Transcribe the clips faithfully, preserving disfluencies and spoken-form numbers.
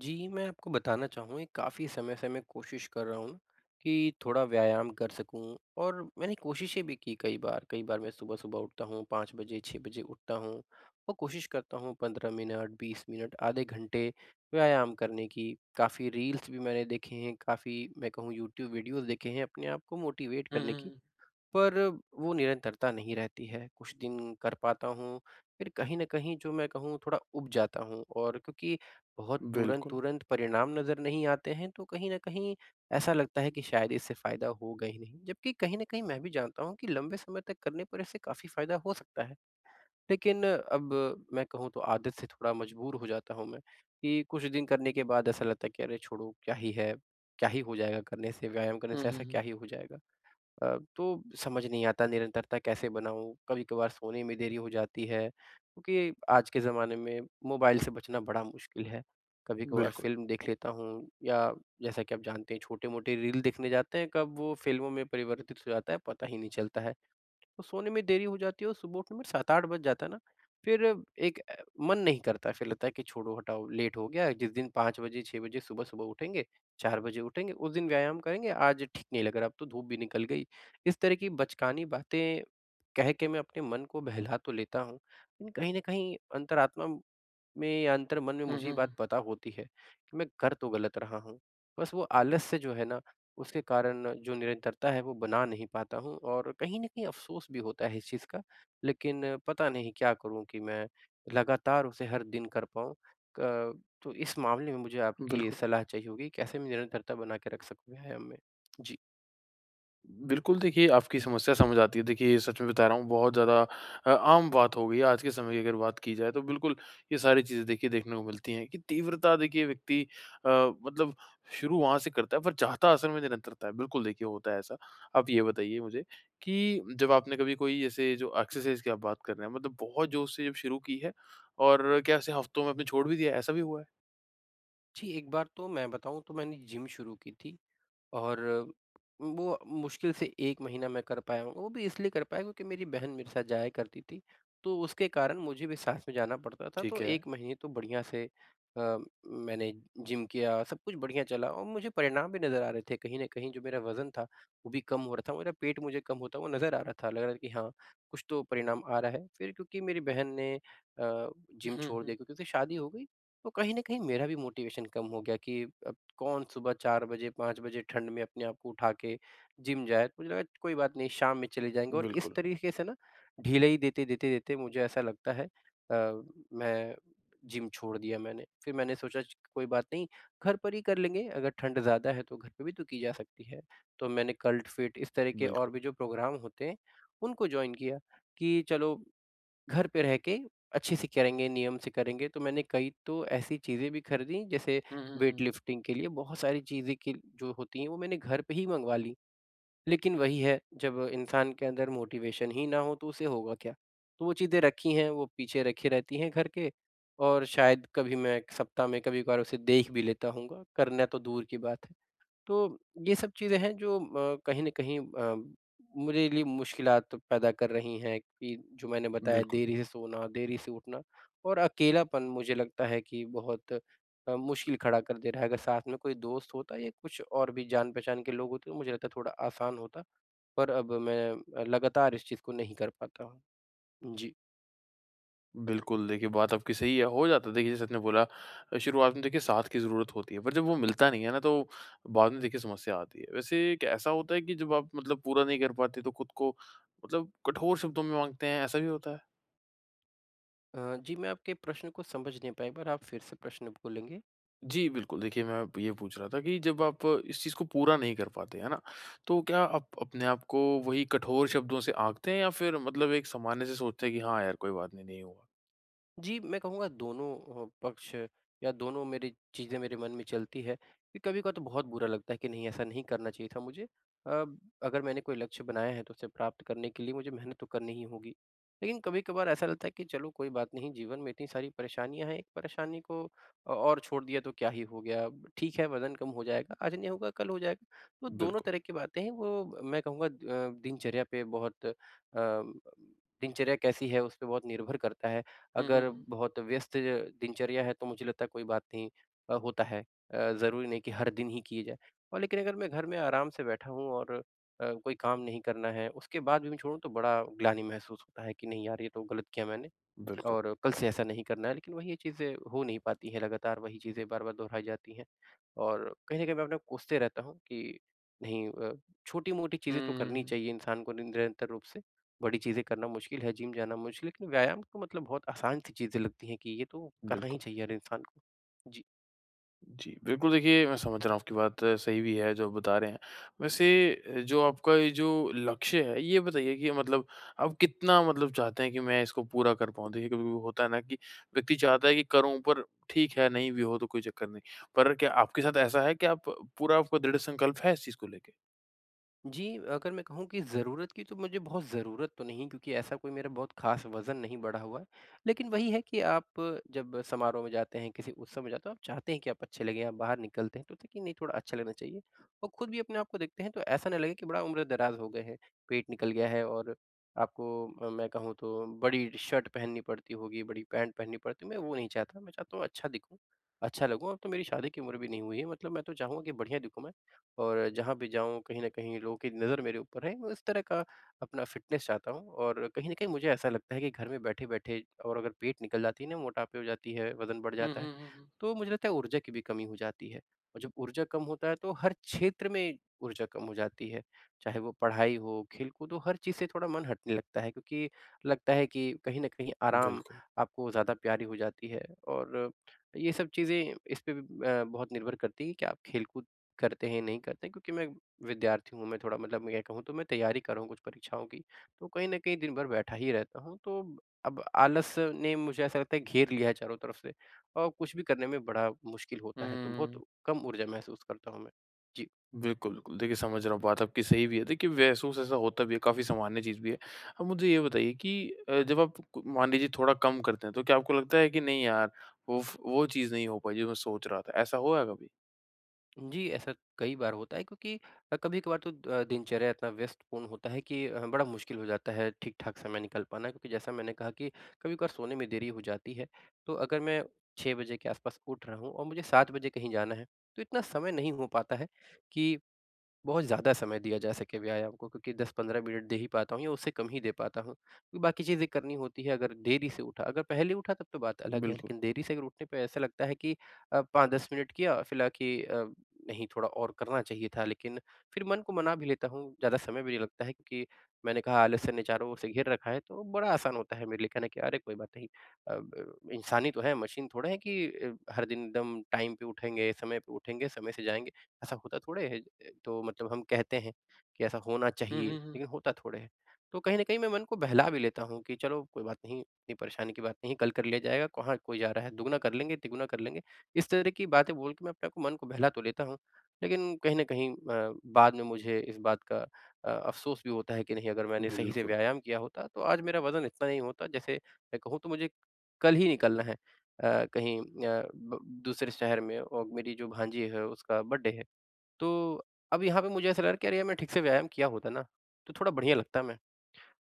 जी, मैं आपको बताना चाहूँ ये काफ़ी समय से मैं कोशिश कर रहा हूँ कि थोड़ा व्यायाम कर सकूँ और मैंने कोशिशें भी की कई बार। कई बार मैं सुबह-सुबह उठता हूँ पाँच बजे, छह बजे उठता हूँ और कोशिश करता हूँ पंद्रह मिनट, बीस मिनट, आधे घंटे व्यायाम करने की। काफ़ी रील्स भी मैंने देखे हैं, काफ़ी मैं कहूँ यूट्यूब वीडियोज़ देखे हैं अपने आप को मोटिवेट हुँ, करने हुँ, की। हुँ। पर वो निरंतरता नहीं रहती है। कुछ दिन कर पाता हूँ, फिर कहीं न कहीं जो मैं कहूँ थोड़ा ऊब जाता हूँ और क्योंकि बहुत बिल्कुल। तुरंत-तुरंत परिणाम नज़र नहीं आते हैं, तो कहीं न कहीं ऐसा लगता है कि शायद इससे फ़ायदा होगा ही नहीं। जबकि कहीं न कहीं मैं भी जानता हूँ कि लंबे समय तक करने पर इससे काफ़ी फ़ायदा हो सकता है। लेकिन अब मैं कहूँ तो आदत से थोड़ा मजबूर हो जाता हूँ मैं, कि कुछ दिन करने के बाद ऐसा लगता है कि अरे छोड़ो, क्या ही है? क्या ही हो जाएगा करने से? व्यायाम करने हुँ, से हुँ, ऐसा हुँ। क्या ही हो जाएगा? अ, तो समझ नहीं आता निरंतरता कैसे बनाऊँ? कभी-कभार सोने में देरी हो जाती है, क्योंकि आज के ज़माने में मोबाइल से बचना बड़ा मुश्किल है। कभी-कभार बिल्कुल। फ़िल्म देख लेता हूँ या जैसा कि आप जानते हैं छोटे-मोटे रील देखने जाते हैं, कब वो फ़िल्मों में परिवर्तित हो जाता है, पता ही नहीं चलता है। तो सोने में देरी हो जाती है और सुबह उठने में सात आठ बज जाता है ना, फिर एक अ, मन नहीं करता है, फिर लगता है कि छोड़ो हटाओ लेट हो गया, जिस दिन पाँच बजे छह बजे सुबह-सुबह उठेंगे, चार बजे उठेंगे, उस दिन व्यायाम करेंगे, आज ठीक नहीं लग रहा, अब तो धूप भी निकल गई। इस तरह की बचकानी बातें कह के मैं अपने मन को बहला तो लेता हूँ, लेकिन कहीं न कहीं अंतरात्मा में या अंतर मन में हुँ, मुझे ये हुँ, बात हुँ। पता होती है कि मैं कर तो गलत रहा हूँ। बस वो आलस से जो है ना, उसके कारण जो निरंतरता है वो बना नहीं पाता हूँ और कहीं न कहीं अफ़सोस भी होता है इस चीज़ का। लेकिन पता नहीं क्या करूँ कि मैं लगातार उसे हर दिन कर पाऊँ। क तो इस मामले में मुझे आपकी बिल्कुल। सलाह चाहिए होगी, कैसे मैं निरंतरता बना के रख सकूँ व्यायाम में? जी। बिल्कुल, देखिए आपकी समस्या समझ आती है। देखिए, ये सच में बता रहा हूँ बहुत ज़्यादा अ, आम बात हो गई है आज के समय की अगर बात की जाए तो बिल्कुल ये सारी चीज़ें देखिए देखने को मिलती हैं कि तीव्रता देखिए व्यक्ति अ, मतलब शुरू वहाँ से करता है पर चाहता असल में निरंतरता है। बिल्कुल देखिए होता है ऐसा। आप ये बताइए मुझे कि जब आपने कभी कोई जैसे जो एक्सरसाइज़ की आप बात कर रहे हैं मतलब बहुत जोश से जब शुरू की है और क्या उसे हफ्तों में आपने छोड़ भी दिया है? ऐसा भी हुआ है? जी, एक बार तो मैं बताऊँ तो मैंने जिम शुरू की थी। और वो मुश्किल से एक महीना मैं कर पाया हूँ, वो भी इसलिए कर पाया क्योंकि मेरी बहन मेरे साथ जाया करती थी, तो उसके कारण मुझे भी साथ में जाना पड़ता था, ठीक तो है। एक महीने तो बढ़िया से अ, मैंने जिम किया, सब कुछ बढ़िया चला और मुझे परिणाम भी नज़र आ रहे थे, कहीं न कहीं जो मेरा वज़न था, वो भी कम हो रहा था, मेरा पेट मुझे कम होता हुआ नज़र आ रहा था, लग रहा था कि हाँ, कुछ तो परिणाम आ रहा है। फिर क्योंकि मेरी बहन ने अ, जिम हुँ, छोड़ हुँ। दिया क्योंकि उसकी शादी हो गई, तो कहीं न कहीं मेरा भी मोटिवेशन कम हो गया कि अब कौन सुबह चार बजे पाँच बजे ठंड में अपने आप को उठा के जिम जाए। तो मुझे लगा कोई बात नहीं शाम में चले जाएँगे और इस बिल्कुल, तरीके से ना ढीलाई देते, देते, देते मुझे ऐसा लगता है अ, मैं जिम छोड़ दिया मैंने। फिर मैंने सोचा च कोई बात नहीं घर पर ही कर लेंगे अगर ठंड ज़्यादा है तो घर पे भी तो की जा सकती है। तो मैंने कल्ट फिट इस तरह के और बिल्कुल। भी जो प्रोग्राम होते हैं उनको जॉइन किया कि चलो घर पे रह के अच्छे से करेंगे, नियम से करेंगे, तो मैंने कई तो ऐसी चीज़ें भी खरीदी जैसे हुँ, हुँ, वेट हुँ। लिफ्टिंग के लिए बहुत सारी चीज़ें कि जो होती हैं वो मैंने घर पे ही मँगवा ली। लेकिन वही है, जब इंसान के अंदर मोटिवेशन ही ना हो तो उसे होगा क्या? तो वो चीज़ें रखी हैं, वो पीछे रखी रहती हैं घर के और शायद कभी मैं सप्ताह में कभी-कभार उसे देख भी लेता होऊँगा, करना तो दूर की बात है। तो ये सब चीज़ें हैं जो अ, कहीं न कहीं अ, मेरे लिए मुश्किलात पैदा कर रही हैं कि जो मैंने बताया बिल्कुल, देरी से सोना, देरी से उठना और अकेलापन मुझे लगता है कि बहुत अ, मुश्किल खड़ा कर दे रहा है। अगर साथ में कोई दोस्त होता या कुछ और भी जान-पहचान के लोग होते तो मुझे लगता है थोड़ा आसान होता, पर अब मैं अ, लगातार इस चीज़ को नहीं कर पाता हूँ। जी। बिल्कुल देखिए बात आपकी सही है, हो जाता है देखिए जैसे आपने बोला अ, शुरुआत में देखिए साथ की ज़रूरत होती है, पर जब वो मिलता नहीं है ना तो बाद में देखिए समस्या आती है। वैसे एक ऐसा होता है कि जब आप मतलब पूरा नहीं कर पाते तो खुद को मतलब कठोर शब्दों में माँगते हैं, ऐसा भी होता है? अ, जी, मैं आपके प्रश्न को समझ नहीं पाया, एक बार आप फिर से प्रश्न बोलेंगे? जी, बिल्कुल देखिए मैं ये पूछ रहा था कि जब आप इस चीज़ को पूरा नहीं कर पाते, है ना? तो क्या आप अपने आप को वही कठोर शब्दों से आँकते हैं या फिर मतलब एक सामान्य से सोचते हैं कि हाँ यार कोई बात नहीं, नहीं हुआ? जी, मैं कहूँगा दोनों अ, पक्ष या दोनों मेरी चीज़ें मेरे मन में चलती है कि कभी-कभार तो बहुत बुरा लगता है कि नहीं ऐसा नहीं करना चाहिए था मुझे। अ, अगर मैंने कोई लक्ष्य बनाया है तो उसे प्राप्त करने के लिए मुझे मेहनत तो करनी ही होगी। लेकिन कभी-कभार ऐसा लगता है कि चलो कोई बात नहीं जीवन में इतनी सारी परेशानियाँ हैं, एक परेशानी को अ, और छोड़ दिया तो क्या ही हो गया? ठीक है वज़न कम हो जाएगा, आज नहीं होगा कल हो जाएगा। तो दोनों बिल्कुल। तरह की बातें हैं वो मैं कहूँगा अ, दिनचर्या पे बहुत अ, दिनचर्या कैसी है उस पे बहुत निर्भर करता है। हुँ, हुँ, अगर हुँ। बहुत व्यस्त दिनचर्या है तो मुझे लगता है कोई बात नहीं अ, होता है अ, ज़रूरी नहीं कि हर दिन ही किए जाए। और लेकिन अगर मैं घर में आराम से बैठा हूँ और अ, कोई काम नहीं करना है उसके बाद भी मैं छोड़ूँ तो बड़ा ग्लानि महसूस होता है कि नहीं यार ये तो गलत किया मैंने। बिल्कुल। और कल से ऐसा नहीं करना है, लेकिन वही ये चीज़ें हो नहीं पाती हैं लगातार वही चीज़ें बार-बार दोहराई जाती हैं। और कहीं न कहीं मैं अपने को कोसते रहता हूँ कि नहीं अ, छोटी-मोटी चीज़ें तो करनी हुँ, चाहिए इंसान को निरंतर रूप से, बड़ी चीज़ें करना मुश्किल है, जिम जाना मुश्किल है, लेकिन व्यायाम तो मतलब बहुत आसान सी चीज़ें लगती हैं कि ये तो करना ही बिल्कुल। चाहिए हर इंसान को। जी। जी, बिल्कुल देखिए मैं समझ रहा हूँ आपकी बात अ, सही भी है जो आप बता रहे हैं। वैसे अ, जो आपका ये जो लक्ष्य है ये बताइए कि मतलब आप कितना मतलब चाहते हैं कि मैं इसको पूरा कर पाऊँ? देखिए कभी-कभी होता है ना कि व्यक्ति चाहता है कि करूँ पर ठीक है नहीं भी हो तो कोई चक्कर नहीं। पर क्या आपके साथ ऐसा है कि आप पूरा आपका दृढ़ संकल्प है इस चीज़ को लेके? जी, अगर मैं कहूँ कि ज़रूरत की तो मुझे बहुत ज़रूरत तो नहीं क्योंकि ऐसा कोई मेरा बहुत ख़ास वज़न नहीं बढ़ा हुआ है। लेकिन वही है कि आप जब समारोह में जाते हैं, किसी उत्सव में जाते हो, आप चाहते हैं कि आप अच्छे लगें, आप बाहर निकलते हैं तो होता है कि नहीं थोड़ा अच्छा लगना चाहिए और खुद भी अपने आप को देखते हैं तो ऐसा ना लगे कि बड़ा उम्र-दराज़ हो गए हैं, पेट निकल गया है और आपको अ, मैं कहूँ तो बड़ी शर्ट पहननी पड़ती होगी, बड़ी पैंट पहननी पड़ती है। मैं वो नहीं चाहता, मैं चाहता हूँ अच्छा दिखूँ, अच्छा लगूँ। अब तो मेरी शादी की उम्र भी नहीं हुई है, मतलब मैं तो चाहूँगा कि बढ़िया दिखूँ मैं। और जहाँ भी जाऊँ कहीं न कहीं लोगों की नज़र मेरे ऊपर है, मैं उस तरह का अपना फ़िटनेस चाहता हूँ और कहीं न कहीं मुझे ऐसा लगता है कि घर में बैठे-बैठे और अगर पेट निकल जाती है ना, मोटापे हो जाती है, वज़न बढ़ हुँ, जाता है, हुँ, हुँ, हुँ। तो मुझे लगता है ऊर्जा की भी कमी हो जाती है और जब ऊर्जा कम होता है तो हर क्षेत्र में ऊर्जा कम हो जाती है, चाहे वो पढ़ाई हो, खेल-कूद हो, हर चीज़ से थोड़ा मन हटने लगता है क्योंकि लगता है कि कहीं न कहीं आराम बिल्कुल। आपको ज़्यादा प्यारी हो जाती है और ये सब चीज़ें इस पे भी अ, बहुत निर्भर करती है कि आप खेल-कूद करते हैं, नहीं करते हैं क्योंकि मैं विद्यार्थी हूँ, मैं थोड़ा मतलब मैं क्या कहूँ तो मैं तैयारी कर रहा हूँ कुछ परीक्षाओं की, तो कहीं न कहीं दिन भर बैठा ही रहता हूँ, तो अब आलस ने मुझे ऐसा लगता है घेर लिया है चारों तरफ से और कुछ भी करने में बड़ा मुश्किल होता है, तो बहुत हुँ। कम ऊर्जा महसूस करता हूँ मैं। जी। बिल्कुल, बिल्कुल। देखिए, समझ रहा हूँ, बात आपकी सही भी है। देखिए, महसूस ऐसा होता भी है, काफ़ी सामान्य चीज़ भी है। अब मुझे ये बताइए कि अ, जब आप क मान लीजिए थोड़ा कम करते हैं, तो क्या आपको लगता है कि नहीं यार, वो फ वो चीज़ नहीं हो पाई जो मैं सोच रहा था? ऐसा हुआ है कभी? जी, ऐसा कई बार होता है क्योंकि अ, कभी-कभार तो अ, दिनचर्या इतना व्यस्तपूर्ण होता है कि अ, बड़ा मुश्किल हो जाता है ठीक-ठाक समय निकाल पाना क्योंकि जैसा मैंने कहा कि कभी-कभार सोने में देरी हो जाती है। तो अगर मैं छह बजे के आसपास उठ रहा हूँ और मुझे सात बजे कहीं जाना है, तो इतना समय नहीं हो पाता है कि बहुत ज़्यादा समय दिया जा सके व्यायाम को क्योंकि दस पंद्रह मिनट दे ही पाता हूँ या उससे कम ही दे पाता हूँ। क्योंकि बाकी चीज़ें करनी होती है अगर देरी से उठा अगर पहले उठा तब तो बात अलग है, बिल्कुल। लेकिन देरी से अगर उठने पे ऐसा लगता है कि अ, पाँच दस मिनट किया फिर लगा कि अ, नहीं थोड़ा और करना चाहिए था लेकिन फिर मन को मना भी लेता हूँ, ज़्यादा समय भी नहीं लगता है क्योंकि मैंने कहा आलस्य ने चारों ओर से घेर रखा है तो बड़ा आसान होता है मेरे लिए कहना कि अरे कोई बात नहीं अ, ब इंसान ही तो है, मशीन थोड़ा है कि अ, हर दिन एकदम टाइम पे उठेंगे, समय पे उठेंगे, समय से जाएँगे, ऐसा होता थोड़े है। तो मतलब हम कहते हैं कि ऐसा होना हुँ, चाहिए, हुँ, हुँ। लेकिन होता थोड़े है। तो कहीं न कहीं मैं मन को बहला भी लेता हूँ कि चलो कोई बात नहीं, इतनी परेशानी की बात नहीं, कल कर लिया जाएगा, कहाँ कोई जा रहा है, दुगना कर लेंगे, तिगुना कर लेंगे। इस तरह की बातें बोल के मैं अपने आप को मन को बहला तो लेता हूँ, लेकिन कहीं न कहीं अ, बाद में मुझे इस बात का अ, अफ़सोस भी होता है कि नहीं अगर मैंने सही से बिल्कुल। व्यायाम किया होता, तो आज मेरा वज़न इतना नहीं होता। जैसे मैं कहूँ तो मुझे कल ही निकलना है अ, कहीं अ, ब दूसरे शहर में और मेरी जो भांजी है उसका बर्थडे है। तो अब यहाँ पे मुझे ऐसा लग रहा है कि अरे यार, मैं ठीक से व्यायाम किया होता ना, तो थोड़ा बढ़िया लगता मैं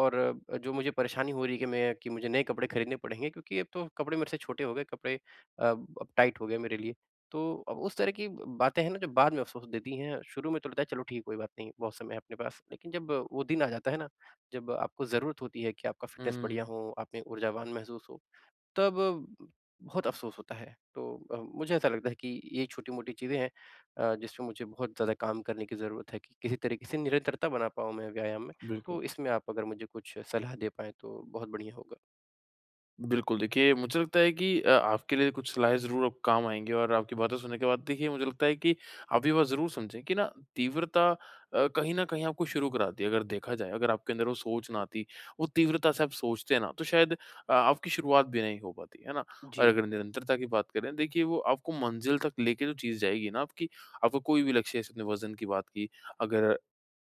और अ, जो मुझे परेशानी हो रही है कि मैं कि मुझे नए कपड़े खरीदने पड़ेंगे क्योंकि अब तो कपड़े मेरे से छोटे हो गए, कपड़े अ, अब टाइट हो गए मेरे लिए। तो अब उस तरह की बातें हैं ना जो बाद में अफ़सोस देती हैं, शुरू में तो लगता है चलो ठीक है कोई बात नहीं, बहुत समय है अपने पास। लेकिन जब वो दिन आ जाता है ना, जब आपको ज़रूरत होती है कि आपका फ़िटनेस बढ़िया हुँ, हो, आप में ऊर्जावान महसूस हो, तब बहुत अफ़सोस होता है। तो अ, मुझे ऐसा लगता है कि ये छोटी-मोटी चीज़ें हैं अ, जिस पे मुझे बहुत ज़्यादा काम करने की ज़रूरत है कि किसी तरीके से निरंतरता बना पाऊँ मैं व्यायाम में। बिल्कुल। तो इसमें आप अगर मुझे कुछ सलाह दे पाएँ तो बहुत बढ़िया होगा। बिल्कुल, देखिए मुझे लगता है कि अ, आपके लिए कुछ सलाहें ज़रूर अब काम आएँगी और आपकी बातें सुनने के बाद देखिए मुझे लगता है कि आप ये बात ज़रूर समझें कि ना तीव्रता अ, कहीं न कहीं आपको शुरू कराती है अगर देखा जाए, अगर आपके अंदर वो सोच ना आती, वो तीव्रता से आप सोचते ना तो शायद अ, आपकी शुरुआत भी नहीं हो पाती, है ना? और जी। अगर निरंतरता की बात करें देखिए वो आपको मंज़िल तक लेके जो चीज़ जाएगी ना आपकी, आपका कोई भी लक्ष्य जैसे आपने वज़न की बात की, अगर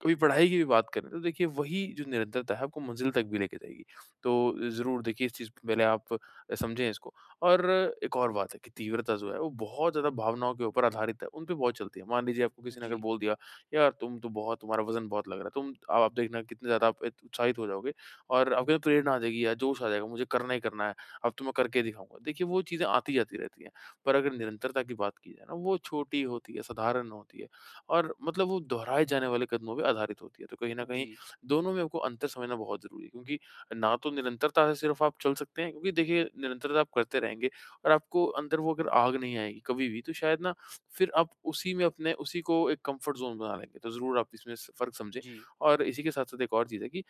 कभी पढ़ाई की भी बात करें तो देखिए वही जो निरंतरता है आपको मंज़िल तक भी लेके जाएगी। तो ज़रूर देखिए इस चीज़ को पहले आप समझें इसको। और एक और बात है कि तीव्रता जो है वो बहुत ज़्यादा भावनाओं के ऊपर आधारित है, उन पे बहुत चलती है। मान लीजिए आपको किसी ने अगर जी, बोल दिया, "यार तुम तो बहुत तुम्हारा वज़न बहुत लग रहा है।" तुम आप आप देखना कितने ज़्यादा आप इत उत्साहित हो जाओगे और आपके अंदर प्रेरणा आ जाएगी या जोश आ जाएगा, मुझे करना ही करना है, अब तो मैं करके दिखाऊँगा। देखिए वो चीज़ें आती जाती रहती हैं, पर अगर निरंतरता की बात की जाए ना वो छोटी होती है, साधारण होती है और मतलब वो दोहराए जाने वाले कदमों पे आधारित होती है। तो कहीं न कहीं जी, दोनों में आपको अंतर समझना बहुत ज़रूरी है क्योंकि ना तो निरंतरता से सिर्फ आप चल सकते हैं क्योंकि देखिए निरंतरता आप करते रहेंगे और आपको अंदर वो अगर आग नहीं आएगी कभी भी तो शायद ना फिर आप उसी में अपने उसी को एक कंफर्ट जोन बना लेंगे तो ज़रूर आप इसमें स- फ़र्क समझें जी, और इसी के साथ साथ एक और चीज़ है कि अ,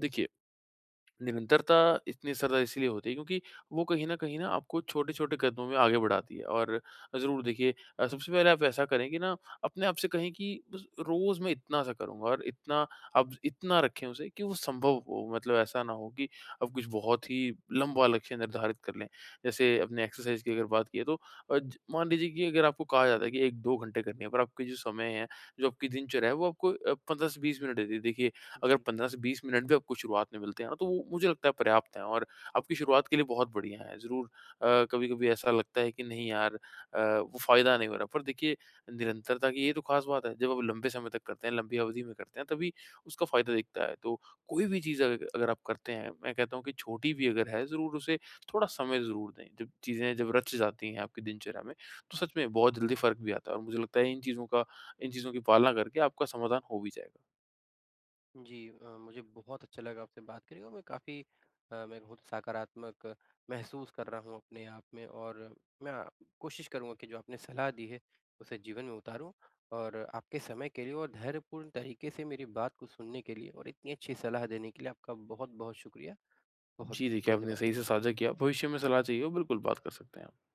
देखिए निरंतरता इतनी असरदार इसलिए होती है क्योंकि वो कहीं न कहीं ना आपको छोटे-छोटे कदमों में आगे बढ़ाती है और ज़रूर देखिए अ, सबसे पहले आप ऐसा करें कि ना अपने आप से कहें कि बस रोज़ मैं इतना सा करूँगा और इतना आप इतना रखें उसे कि वो संभव हो मतलब ऐसा ना हो कि आप कुछ बहुत ही लंबा लक्ष्य निर्धारित कर लें। जैसे अपने एक्सरसाइज़ की अगर बात की है तो अ, ज मान लीजिए कि अगर आपको कहा जाता है कि एक दो घंटे करनी है पर आपके जो समय है, जो आपकी दिनचर्या है वो आपको अ, दस से बीस मिनट देती है। देखिए अगर जी। पंद्रह से बीस मिनट भी आपको शुरुआत में मिलते हैं ना, तो वो मुझे लगता है पर्याप्त है और आपकी शुरुआत के लिए बहुत बढ़िया है। ज़रूर अ, कभी-कभी ऐसा लगता है कि नहीं यार अ, वो फ़ायदा नहीं हो रहा, पर देखिए निरंतरता की ये तो ख़ास बात है। जब आप लंबे समय तक करते हैं, लंबी अवधि में करते हैं, तभी उसका फ़ायदा दिखता है। तो कोई भी चीज़ अग अगर आप करते हैं, मैं कहता हूँ कि छोटी भी अगर है, ज़रूर उसे थोड़ा समय ज़रूर दें। जब चीज़ें जब रच जाती हैं आपकी दिनचर्या में, तो सच में बहुत जल्दी फ़र्क भी आता है और मुझे लगता है इन चीज़ों का इन चीज़ों की पालना करके आपका समाधान हो भी जाएगा। जी अ, मुझे बहुत अच्छा लगा आपसे बात करके और मैं काफ़ी अ, मैं बहुत सकारात्मक महसूस कर रहा हूँ अपने आप में और मैं आ, कोशिश करूँगा कि जो आपने सलाह दी है उसे जीवन में उतारूँ और आपके समय के लिए और धैर्यपूर्ण तरीके से मेरी बात को सुनने के लिए और इतनी अच्छी सलाह देने के लिए आपका बहुत बहुत शुक्रिया बहुत जी, देखिए आपने सही धन्यवाद। से साझा किया। भविष्य में सलाह चाहिए हो, बिल्कुल बात कर सकते हैं आप।